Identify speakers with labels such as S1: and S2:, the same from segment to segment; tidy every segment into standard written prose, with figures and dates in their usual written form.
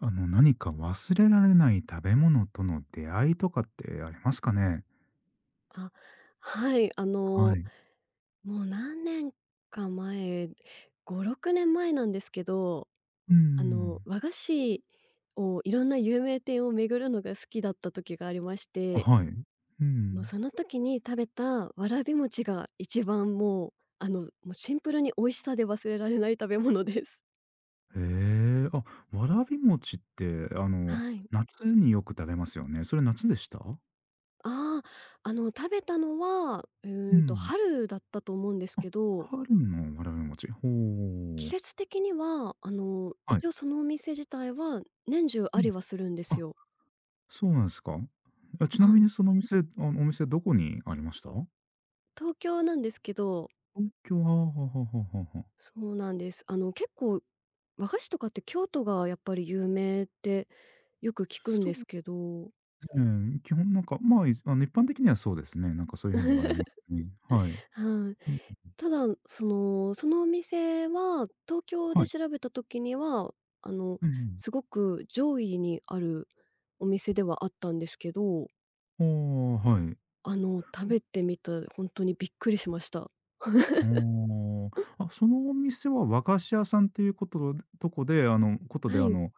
S1: 何か忘れられない食べ物との出会いとかってありますかね？
S2: あ、はい、
S1: はい。
S2: もう何年か前、5、6年前なんですけど、
S1: うん。
S2: 和菓子をいろんな有名店を巡るのが好きだった時がありまし
S1: あ、
S2: て、
S1: はい。う
S2: もう
S1: ん。
S2: その時に食べたわらび餅が一番もう、もうシンプルに美味しさで忘れられない食べ物です。
S1: へえ、あ、わらび餅って、
S2: はい。
S1: 夏によく食べますよね。それ夏でした？
S2: ああ、食べたのは、
S1: うん。
S2: 春だったと思うんです
S1: あ、
S2: けど、
S1: 春のわらび餅。
S2: 季
S1: ほう。
S2: 節的には、
S1: はい。
S2: 一応そのお店自体は年中あ
S1: う
S2: り
S1: ん。
S2: はするんです
S1: あ、
S2: よ。
S1: そうなんですか。あ、ちな
S2: は
S1: み
S2: い。
S1: にそのお店お店どこにありました？
S2: 東京なんですけど、
S1: 東京。はあはあはあはあはあはあ。
S2: そうなんです。結構和菓子とかって京都がやっぱり有名ってよく聞くん
S1: そ
S2: で
S1: う
S2: すけど、
S1: うん、基本なんか、まあ、いあの、一般的にはそうですね。なんかそういう風に 言われますね。はい。
S2: はい。
S1: うん、
S2: ただ、そのお店は東京
S1: は
S2: で
S1: い。
S2: 調べた時には、あの、
S1: うんうん。
S2: すごく上位にあるお店ではあったんですけど、
S1: ああ、はい。
S2: 食べてみた本当にびっくりしました。
S1: ああ。あ、そのお店は和菓子屋さんっていうことでとこで、あのことで、
S2: は
S1: あ
S2: い。
S1: の、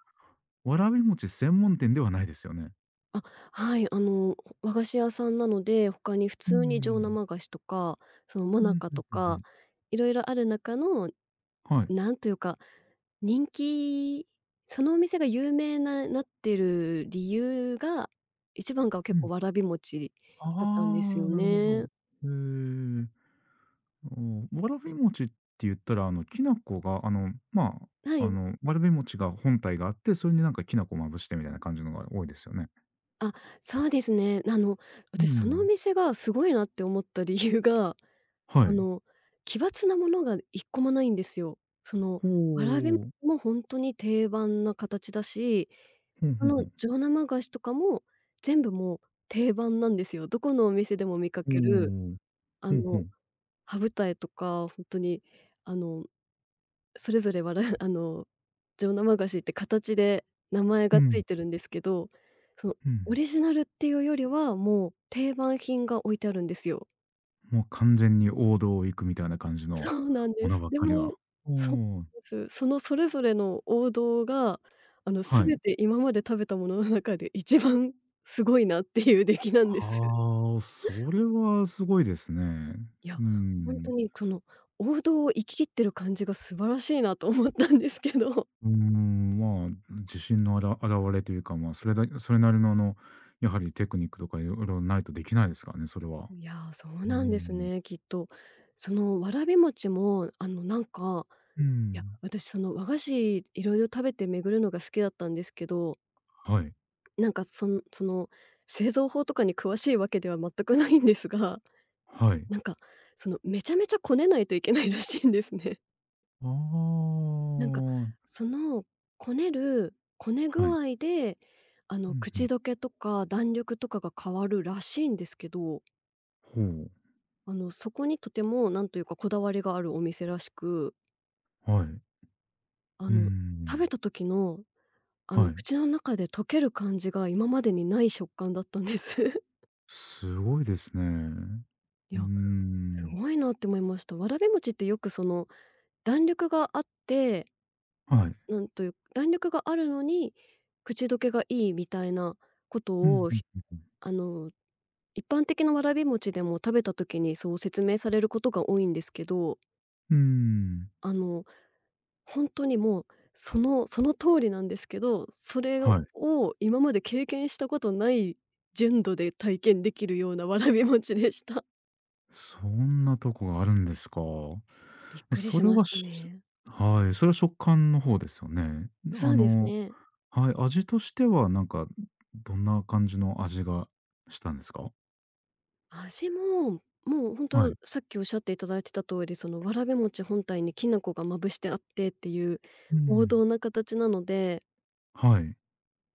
S1: わらび餅専門店ではないですよね？
S2: あ、はい、和菓子屋さんなので、他に普
S1: う
S2: 通に上
S1: ん。
S2: 生菓子とか、そのも
S1: うん、
S2: なか
S1: う
S2: と
S1: んうんう
S2: か、
S1: ん。
S2: いろいろある中の、
S1: はい。
S2: なんというか、人気、そのお店が有名ななってる理由が、一番が
S1: う
S2: 結構
S1: ん
S2: わらび餅だったんです
S1: あ
S2: よ
S1: あ、なるほど。
S2: ね。
S1: へえ。おわらび餅って言ったら、きな粉が、ま
S2: は
S1: あ、
S2: い。
S1: わらび餅が本体があって、それになんかきな粉まぶしてみたいな感じのが多いですよね。
S2: あ、そうですね。
S1: う
S2: 私そのお
S1: ん。
S2: 店がすごいなって思った理由が、
S1: は
S2: あ
S1: い。
S2: の、奇抜なものが一個もないんですよ。その、わらび餅
S1: ほう。
S2: もほんとに定番な形だし、
S1: ほうほうほう
S2: 上生菓子とかも全部もう定番なんですよ。どこのお店でも見か
S1: お
S2: ける、
S1: お。
S2: あ
S1: ほうほ
S2: の、
S1: う
S2: 羽二重とか、ほんとに、あの、それぞれわら、 あの、上生菓子って形で名前
S1: う
S2: がつ
S1: ん。
S2: いてるんですけど、その、
S1: う
S2: オ
S1: ん。
S2: リジナルっていうよりは、もう定番品が置いてあるんですよ。
S1: もう完全に王道を行くみたいな感じ
S2: そ
S1: の
S2: うなん
S1: も
S2: で
S1: の
S2: す。
S1: ばっ
S2: で
S1: かり
S2: も
S1: が。お
S2: そう
S1: お、
S2: なんです。そのそれぞれの王道が、
S1: はい。
S2: 全て今まで食べたものの中で一番すごいなっていう出来なんです。
S1: ああ、それはすごいですね。
S2: いや、
S1: う
S2: ほんと
S1: ん。
S2: にこの王道を行き切ってる感じが素晴らしいなと思ったんですけど。
S1: うーん、まあ、自信のあら表れというか、まあ、それなりのやはりテクニックとかいろいろないとできないですからね、それ は。
S2: いや、そう
S1: うー
S2: なんです
S1: ん。
S2: ね、きっと。そのわらび餅も、
S1: うー
S2: いや、
S1: ん。
S2: 私その和菓子色々食べて巡るのが好きだったんですけど、
S1: はい。
S2: なんか、そのその、製造法とかに詳しいわけでは全くないんですが、
S1: はい。
S2: なんか、その、めちゃめちゃこねないといけないらしいんですね。
S1: あ
S2: なんか、
S1: あ、
S2: その、こね具
S1: はい。
S2: 合で、
S1: うんうん。
S2: 口どけとか弾力とかが変わるらしいんですけど、
S1: ほう、
S2: そこにとてもなんというかこだわりがあるお店らしく、
S1: はい。
S2: あ
S1: うー
S2: の、食べ
S1: ん。
S2: た時の、
S1: はい。
S2: 口の中で溶ける感じが今までにない食感だったんです。
S1: すごいですね。
S2: い
S1: うー
S2: や、す
S1: ん。
S2: ごいなって思いました。わらび餅ってよくその弾力があって、
S1: はい。
S2: なんという弾力があるのに口どけがいいみたいなこ
S1: うん、
S2: とを、
S1: うん
S2: ひ、
S1: うんうん。
S2: あの、一般的なわらび餅でも食べた時にそう説明されることが多いんですけど、
S1: うーん。
S2: あの、本当にもう、その通りなんですけど、それを
S1: はい。
S2: 今まで経験したことない純度で体験できるようなわらび餅でした。
S1: そんなとこがあるんですか。
S2: びっ
S1: ま
S2: くり
S1: そ
S2: し
S1: れ
S2: まし
S1: は、
S2: た
S1: し
S2: ね。
S1: はい、それは食感の方ですよね。
S2: そ
S1: あ
S2: うです
S1: の
S2: ね。
S1: はい、味としてはなんか、どんな感じの味がしたんですか？
S2: 味も、もうほん
S1: は
S2: と、
S1: い。
S2: さっきおっしゃっていただいてた通り、その、わらび餅本体にきな粉がまぶしてあってっていう
S1: う
S2: 王
S1: ん。
S2: 道な形なので、
S1: はい。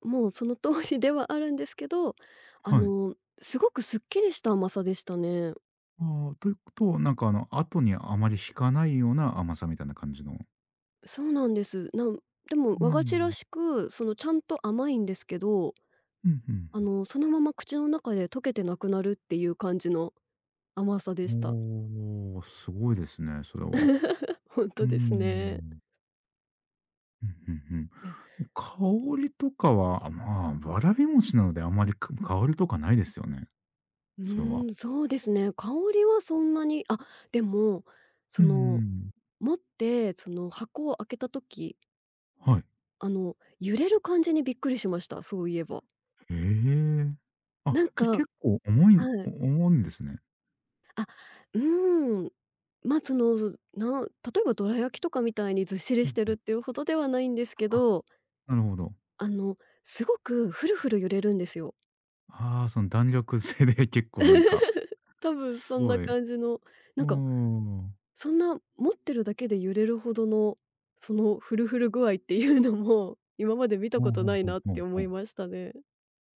S2: もうその通りではあるんですけど、あ
S1: はい。
S2: の、すごくすっきりした甘さでしたね。
S1: ああ、ということは、なんかあの、後にあまり引かないような甘さみたいな感じの。
S2: そうなんです。なんでも
S1: う
S2: 和菓子ら
S1: ん。
S2: しく、その、ちゃんと甘いんですけど、
S1: うん、うん
S2: そのまま口の中で溶けてなくなるっていう感じの甘さでした。
S1: おお、すごいですね、それは。
S2: ほん
S1: うー
S2: とですね。
S1: ん。うん、うんうん。
S2: いや、
S1: 香りとかは、まあ、わらび餅なのであまり、香りとかないですよね？
S2: う
S1: それは。
S2: ーん、そうですね。香りはそんなに、あ、でも、そ
S1: う
S2: の、
S1: ん
S2: 持って、その、箱を開けた時、
S1: はい。
S2: 揺れる感じにびっくりしました、そういえば。
S1: へえ。あ、
S2: なん
S1: じゃ、
S2: か、
S1: 結構重い
S2: はい。
S1: お重いんですね。
S2: うーん。ま、その、な、例えばどら焼きとかみたいにずっしり
S1: う
S2: してる
S1: ん、
S2: っていうほどではないんですけど、
S1: なるほど。
S2: あの、すごくフルフル揺れるんですよ。
S1: ああ、その弾力性で結構なんか、
S2: 多分
S1: す
S2: そんな
S1: ごい。う
S2: 感じの、な
S1: ー
S2: んか
S1: ん。
S2: そんな持ってるだけで揺れるほどの、そのフルフル具合っていうのも、今まで見た
S1: ほ
S2: こ
S1: う
S2: と
S1: ほう
S2: ない
S1: ほう
S2: なっ
S1: ほ
S2: て
S1: う
S2: 思
S1: ほ
S2: い
S1: う。
S2: ましたね。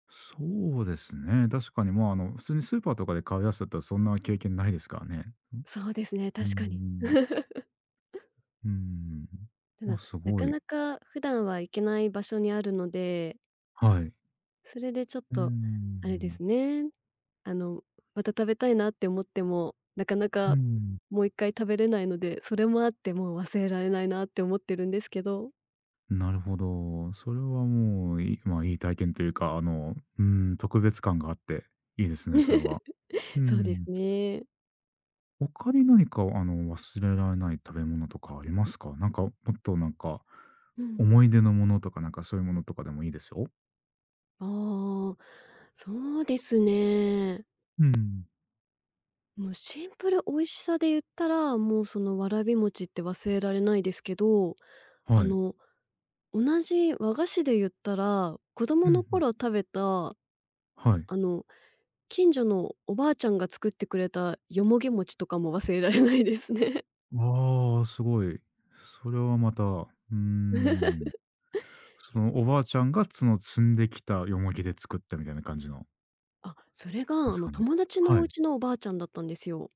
S1: そうですね、確かに、まあ、普通にスーパーとかで買うやつだったらそんな経験ないですからね。うん。
S2: そうですね、
S1: うー
S2: 確かに。
S1: ん。うーん。
S2: た
S1: あ、
S2: だ、
S1: す
S2: な
S1: ご
S2: かな
S1: い。
S2: か普段は行けない場所にあるので、
S1: はい。
S2: それでちょっ
S1: うー
S2: とあれで
S1: ん。
S2: すね。あの、また食べたいなって思っても、なかな
S1: うー
S2: か
S1: ん。
S2: もう一回食べれないので、それもあってもう忘れられないなって思ってるんですけど。
S1: なるほど。それはもう、まあ、いい体験というか、うん、特別感があっていいですね、それは。うー
S2: そうです
S1: ん。
S2: ね。
S1: 他に何か、忘れられない食べ物とかありますか？なんか、もっとなんか、
S2: うん。
S1: 思い出のものとか、なんかそういうものとかでもいいですよ。
S2: ああ、そうですね。
S1: うん。
S2: もうシンプル美味しさで言ったら、もうそのわらび餅って忘れられないですけど、あ
S1: はい。
S2: の、同じ和菓子で言ったら、子供
S1: うん、ん。
S2: の頃食べた、あ
S1: はい。
S2: の、近所のおばあちゃんが作ってくれたよもぎ餅とかも忘れられないですね。
S1: ああ、すごい。それはまた、うー ん、そのおばあちゃんが、その積んできたヨモギで作ったみたいな感じの
S2: あ、それが、
S1: ですかね？
S2: 友達のお
S1: はい。
S2: 家のおばあちゃんだったんですよ。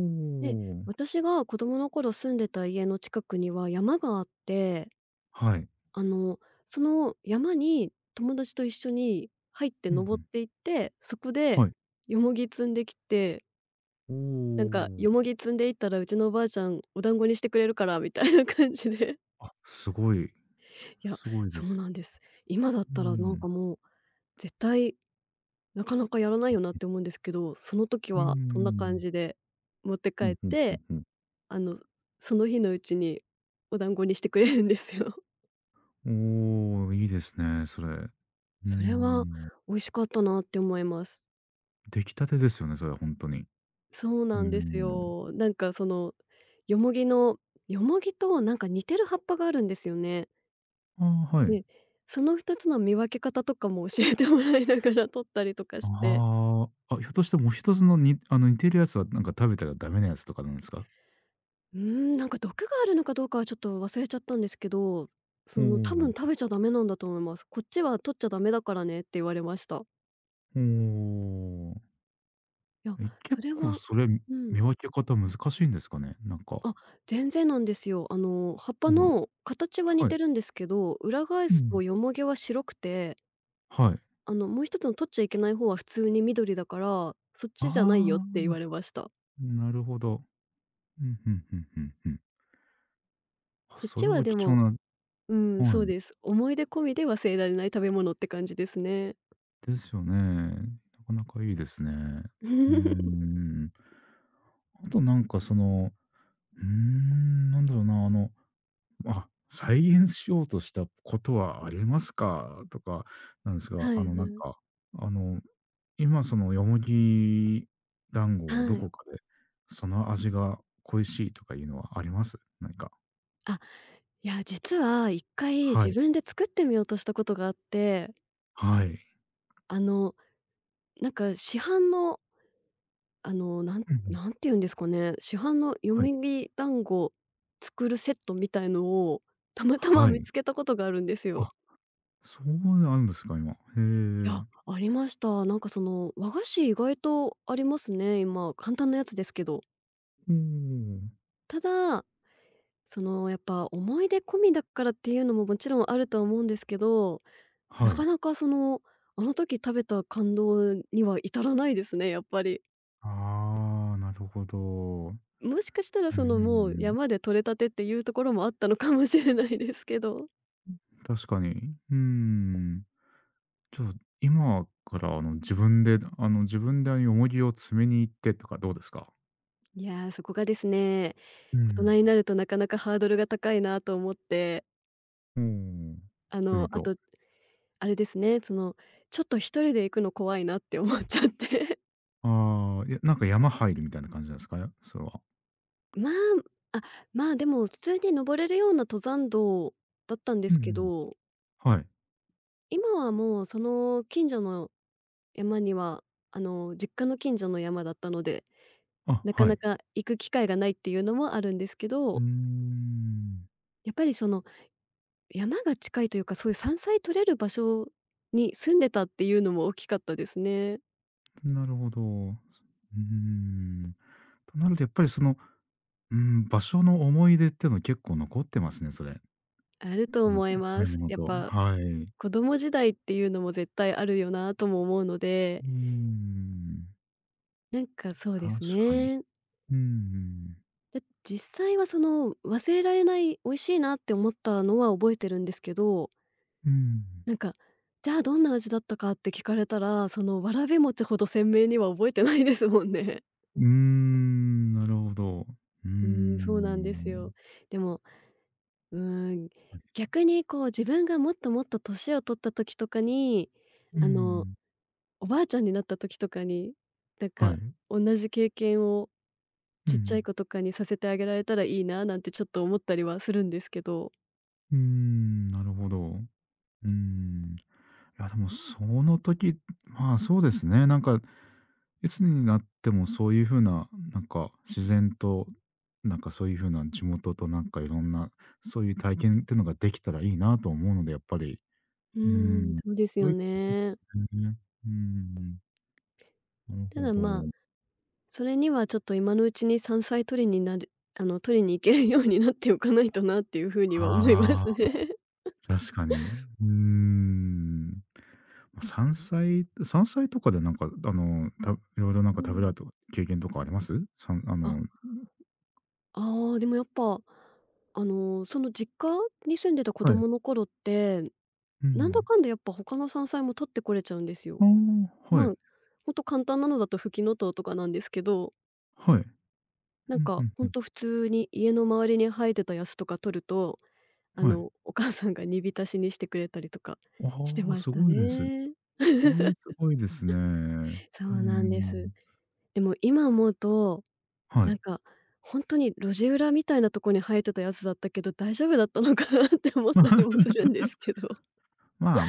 S1: お
S2: で、
S1: お。
S2: 私が子供の頃住んでた家の近くには山があって、
S1: はい。
S2: あの、その山に友達と一緒に入って
S1: うんう
S2: 登っ
S1: ん。
S2: ていって、そこで
S1: はい。
S2: よもぎ摘んできて、
S1: お
S2: なんか「よも
S1: お。
S2: ぎ摘んでいったらうちのおばあちゃんお団子にしてくれるから」みたいな感じで。
S1: あ、すごい、
S2: いや、
S1: すごいで
S2: そう
S1: す。
S2: なんです。今だっ
S1: う
S2: たらなん
S1: ん。
S2: かもう、絶対なかなかやらないよなって思うんですけど、その時
S1: うー
S2: はそんな感
S1: ん。
S2: じで持って帰
S1: うん
S2: っ
S1: ふんふん
S2: て、
S1: ふん。
S2: あの、その日のうちにお団子にしてくれるんですよ。
S1: おお、いいですね、それ。う ー
S2: それは
S1: ん。
S2: 美味しかったなって思います。
S1: 出来たてですよね、それはほんとに。う
S2: そう
S1: ー
S2: なんです
S1: ん。
S2: よ。なんかその、ヨモギの、ヨモギとなんか似てる葉っぱがあるんですよね。
S1: ああ、はい。
S2: で、その2つの見分け方とかも教えてもらいながら取ったりとかして。
S1: ああ。あ、ひょっとしてもう一つのに煮てるやつはなんか食べたらダメなやつとかなんですか？
S2: うーん、なんか毒があるのかどうかはちょっと忘れちゃったんですけど、そ
S1: お
S2: の「多分
S1: お。
S2: 食べちゃダメなんだと思います。こっちは取っちゃダメだからね」って言われました。
S1: おお。
S2: いや、
S1: え、
S2: そ
S1: 結
S2: れ
S1: 構
S2: は
S1: それ、
S2: うん。
S1: 見分け方難しいんですかね？なんか。
S2: あ、全然なんですよ。葉っぱ
S1: うん。
S2: の形は似
S1: は
S2: て
S1: い。
S2: るんですけど、裏返
S1: う
S2: す
S1: ん。
S2: とヨモギは白くて、
S1: はい。
S2: もう一つの取っちゃいけない方は普通に緑だから、そっ
S1: あ
S2: ちじゃないよって言
S1: あ、
S2: われました。
S1: なるほど。うん、うんうんうんうん。あ、
S2: そっ
S1: そ
S2: ち
S1: れ
S2: は
S1: は
S2: で
S1: 貴重
S2: も
S1: な
S2: うん、そ
S1: は
S2: う
S1: い、
S2: です。思い出込みで忘れられない食べ物って感じですね。
S1: ですよね。なかなかいいですね。うー ん。あとなんかその、うーん、なんだろうな、あ、再現しようとしたことはありますか？とかなんですが、
S2: は
S1: あ
S2: い
S1: のなん
S2: はい。
S1: か、あの、今そのよもぎ団子をど
S2: はい。
S1: こかで、その味が恋しいとかいうのはあります？何か。
S2: あ、いや、実は一回
S1: は
S2: 自
S1: い、
S2: 分で作ってみようとしたことがあって、
S1: はい。
S2: あの、なんか市販の、あの、なん
S1: うんうん。
S2: なんて言うんですかね、市販のよ
S1: はい。
S2: みぎ団子作るセットみたいのをたまたま
S1: は
S2: 見つ
S1: い。
S2: けたことがあるんですよ。
S1: あ、そうなるんですか、今。へ
S2: い
S1: え。
S2: や、ありました。なんかその、和菓子意外とありますね、今。簡単なやつですけど。
S1: おー
S2: ただ、その、やっぱ思い出込みだからっていうのももちろんあるとは思うんですけど、な
S1: は
S2: か
S1: い。
S2: なかその、あの時食べた感動には至らないですね、やっぱり。
S1: ああ、なるほど。
S2: もしかしたら
S1: う
S2: その、もう
S1: ん、
S2: 山で採れたてっていうところもあったのかもしれないですけど。
S1: 確かに。うん。じゃあ、今から、自分で、自分でよもぎを詰めに行ってとかどうですか？
S2: いやー、そこがですね、
S1: う
S2: 大人
S1: ん。
S2: になるとなかなかハードルが高いなと思って、
S1: おおという
S2: あ
S1: と、
S2: とあれですね、その、ちょっと一人で行くの怖いなって思っちゃって。
S1: ああ、いや、なんか山入るみたいな感じなんですか？それは。
S2: まあ、あ、まあ、でも普通に登れるような登山道だったんで
S1: うん
S2: す
S1: う
S2: け
S1: ん。
S2: ど、
S1: はい。
S2: 今はもうその近所の山には、実家の近所の山だったので、
S1: あ、
S2: なか
S1: は
S2: な
S1: い。
S2: か行く機会がないっていうのもあるんですけ
S1: うー
S2: ど、
S1: ん。
S2: やっぱりその山が近いというか、そういう山菜採れる場所に住んでたっていうのも大きかったですね。
S1: なるほど。うーん。となるとやっぱりその、うーん、場所の思い出っていうの結構残ってますね、それ。
S2: あると思い
S1: 食
S2: ま
S1: べ
S2: す。
S1: 物
S2: やっ
S1: と
S2: ぱ
S1: はい。
S2: 子供時代っていうのも絶対あるよなとも思うので、
S1: うーん、
S2: なんかそうで
S1: 確
S2: す
S1: かに。
S2: ね。
S1: うんうん。
S2: で実際はその忘れられない、美味しいなって思ったのは覚えてるんですけど、
S1: うん。
S2: なんか、じゃあどんな味だったかって聞かれたら、そのわらび餅ほど鮮明には覚えてないですもんね。
S1: うーん、なるほど。うー
S2: うーん、そうなんですよ。
S1: ん。
S2: でも、うーん、逆にこう自分がもっともっと年を取った時とかに、
S1: う
S2: あの、
S1: ん。
S2: おばあちゃんになった時とかに、なん
S1: は
S2: か
S1: い。
S2: 同じ経験を
S1: う
S2: ちっちゃ
S1: ん。
S2: い子とかにさせてあげられたらいいななんてちょっと思ったりはするんですけど。
S1: うーん、なるほど。うーん。いや、でもその時、まあ、そうですね。なんか、いつになってもそういう風な、なんか、自然と、なんか、そういう風な地元と、なんか、いろんな、そういう体験っていうのができたらいいなと思うので、やっぱり、
S2: う
S1: うー
S2: ーん、
S1: ん。
S2: そうです
S1: そ
S2: よ
S1: ういうことで
S2: ね。
S1: すね。うーん、なる
S2: た
S1: ほ
S2: だ、まあ、
S1: ど。
S2: それにはちょっと今のうちに山菜採りになるあの、採りに行けるようになっておかないとなっていう風には思いま
S1: あ
S2: す
S1: あ、
S2: ね。
S1: 確かに。うーん。ま、山菜とかで、なんか、いろいろなん
S2: う
S1: か食べら
S2: ん。
S1: れた経験とかあります？さんあ
S2: あ、
S1: の
S2: ああ、でもやっぱ、その実家に住んでた子
S1: は
S2: 供
S1: い。
S2: の頃って、
S1: う
S2: なんだ
S1: ん。
S2: かんだやっぱ他の山菜も採ってこれちゃうんです
S1: あ
S2: よ。
S1: あ、は
S2: ま
S1: い。
S2: あ、ほんと簡単なのだとフキノトウとかなんですけど。
S1: はい。う
S2: なん
S1: んう
S2: か、
S1: ん
S2: ほ
S1: う
S2: ん
S1: ん。
S2: と普通に家の周りに生えてたやつとか取ると、
S1: はい。
S2: お母さんが煮浸しにしてくれたりとかして
S1: ああ、
S2: まし
S1: す
S2: た
S1: ごいです。
S2: ね。
S1: それ すごいですね。う
S2: そ
S1: ー
S2: うなんです。
S1: ん。
S2: でも今思うと、
S1: は
S2: なん
S1: い。
S2: か、ほんとに路地裏みたいなとこに生えてたやつだったけど、大丈夫だったのかなって思ったりもするんですけど。
S1: まあ、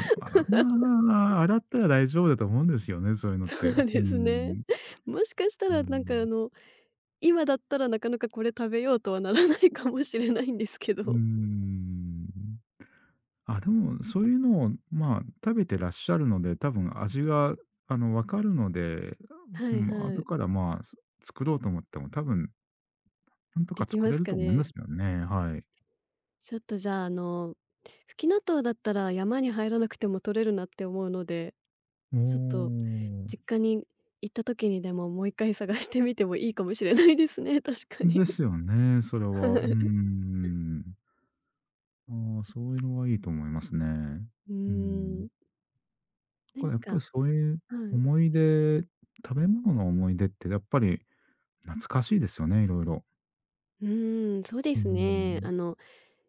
S1: ままあ、洗ったら大丈夫だと思うんですよね、そういうのっ
S2: そ
S1: て。
S2: う
S1: うー
S2: ですね。
S1: ん。
S2: もしかした
S1: うー
S2: らなんか、
S1: ん。
S2: 今だったらなかなかこれ食べようとはならないかもしれないんですけ
S1: うー
S2: ど。
S1: ん。あ、でも、そういうのを、まあ、食べてらっしゃるので、多分味が、分かるので、
S2: は
S1: う
S2: い
S1: ん、
S2: は
S1: 後
S2: い。
S1: からまあ、作ろうと思っても、多分なんと
S2: で
S1: か
S2: き
S1: 作
S2: ま
S1: れ
S2: す
S1: る
S2: か
S1: と思いま
S2: ね？
S1: すよね、はい。
S2: ちょっとじゃあ、吹き納豆だったら山に入らなくても取れるなって思うので、ちょっ
S1: お
S2: と
S1: お。
S2: 実家に行った時にでも、もう一回探してみてもいいかもしれないですね、確かに。
S1: で すよね、それ
S2: は
S1: は。う
S2: い。
S1: ん。ああ、そういうのはいいと思いますね。
S2: うー
S1: う
S2: ん、
S1: ん。
S2: な
S1: こ
S2: ん
S1: れやっ
S2: か
S1: ぱりそういう
S2: はい。
S1: 思い出食べ物の思い出ってやっぱり懐かしいですよね、いろいろ
S2: うーん、そうで
S1: う
S2: すね。
S1: ん。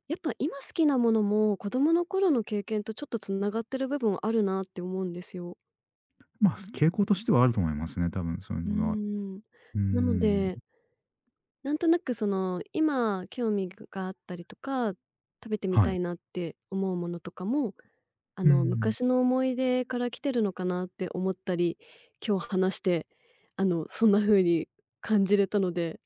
S2: やっぱ今好きなものも、子供の頃の経験とちょっとつながってる部分あるなって思うんですよ。
S1: まあ、傾向としてはあると思いますね、多分そうい
S2: うー
S1: うのは。
S2: ん。
S1: う
S2: なの
S1: ん、
S2: でなんとなくその、今興味があったりとか、食べてみ
S1: は
S2: た
S1: い。
S2: いなって思うものとかも、
S1: うん、
S2: 昔の思い出から来てるのかなって思ったり、今日話して、そんな風に感じれたので、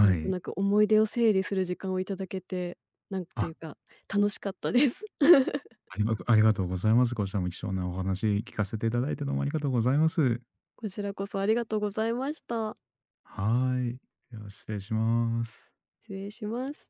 S2: なんと
S1: い。
S2: なく思い出を整理する時間をいただけて、なんてい
S1: あ、
S2: うか、楽しかったです。
S1: ありがとうございます。こちらも貴重なお話聞かせていただいてどうもありがとうございます。
S2: こちらこそありがとうございました。
S1: はい。では失礼します。
S2: 失礼します。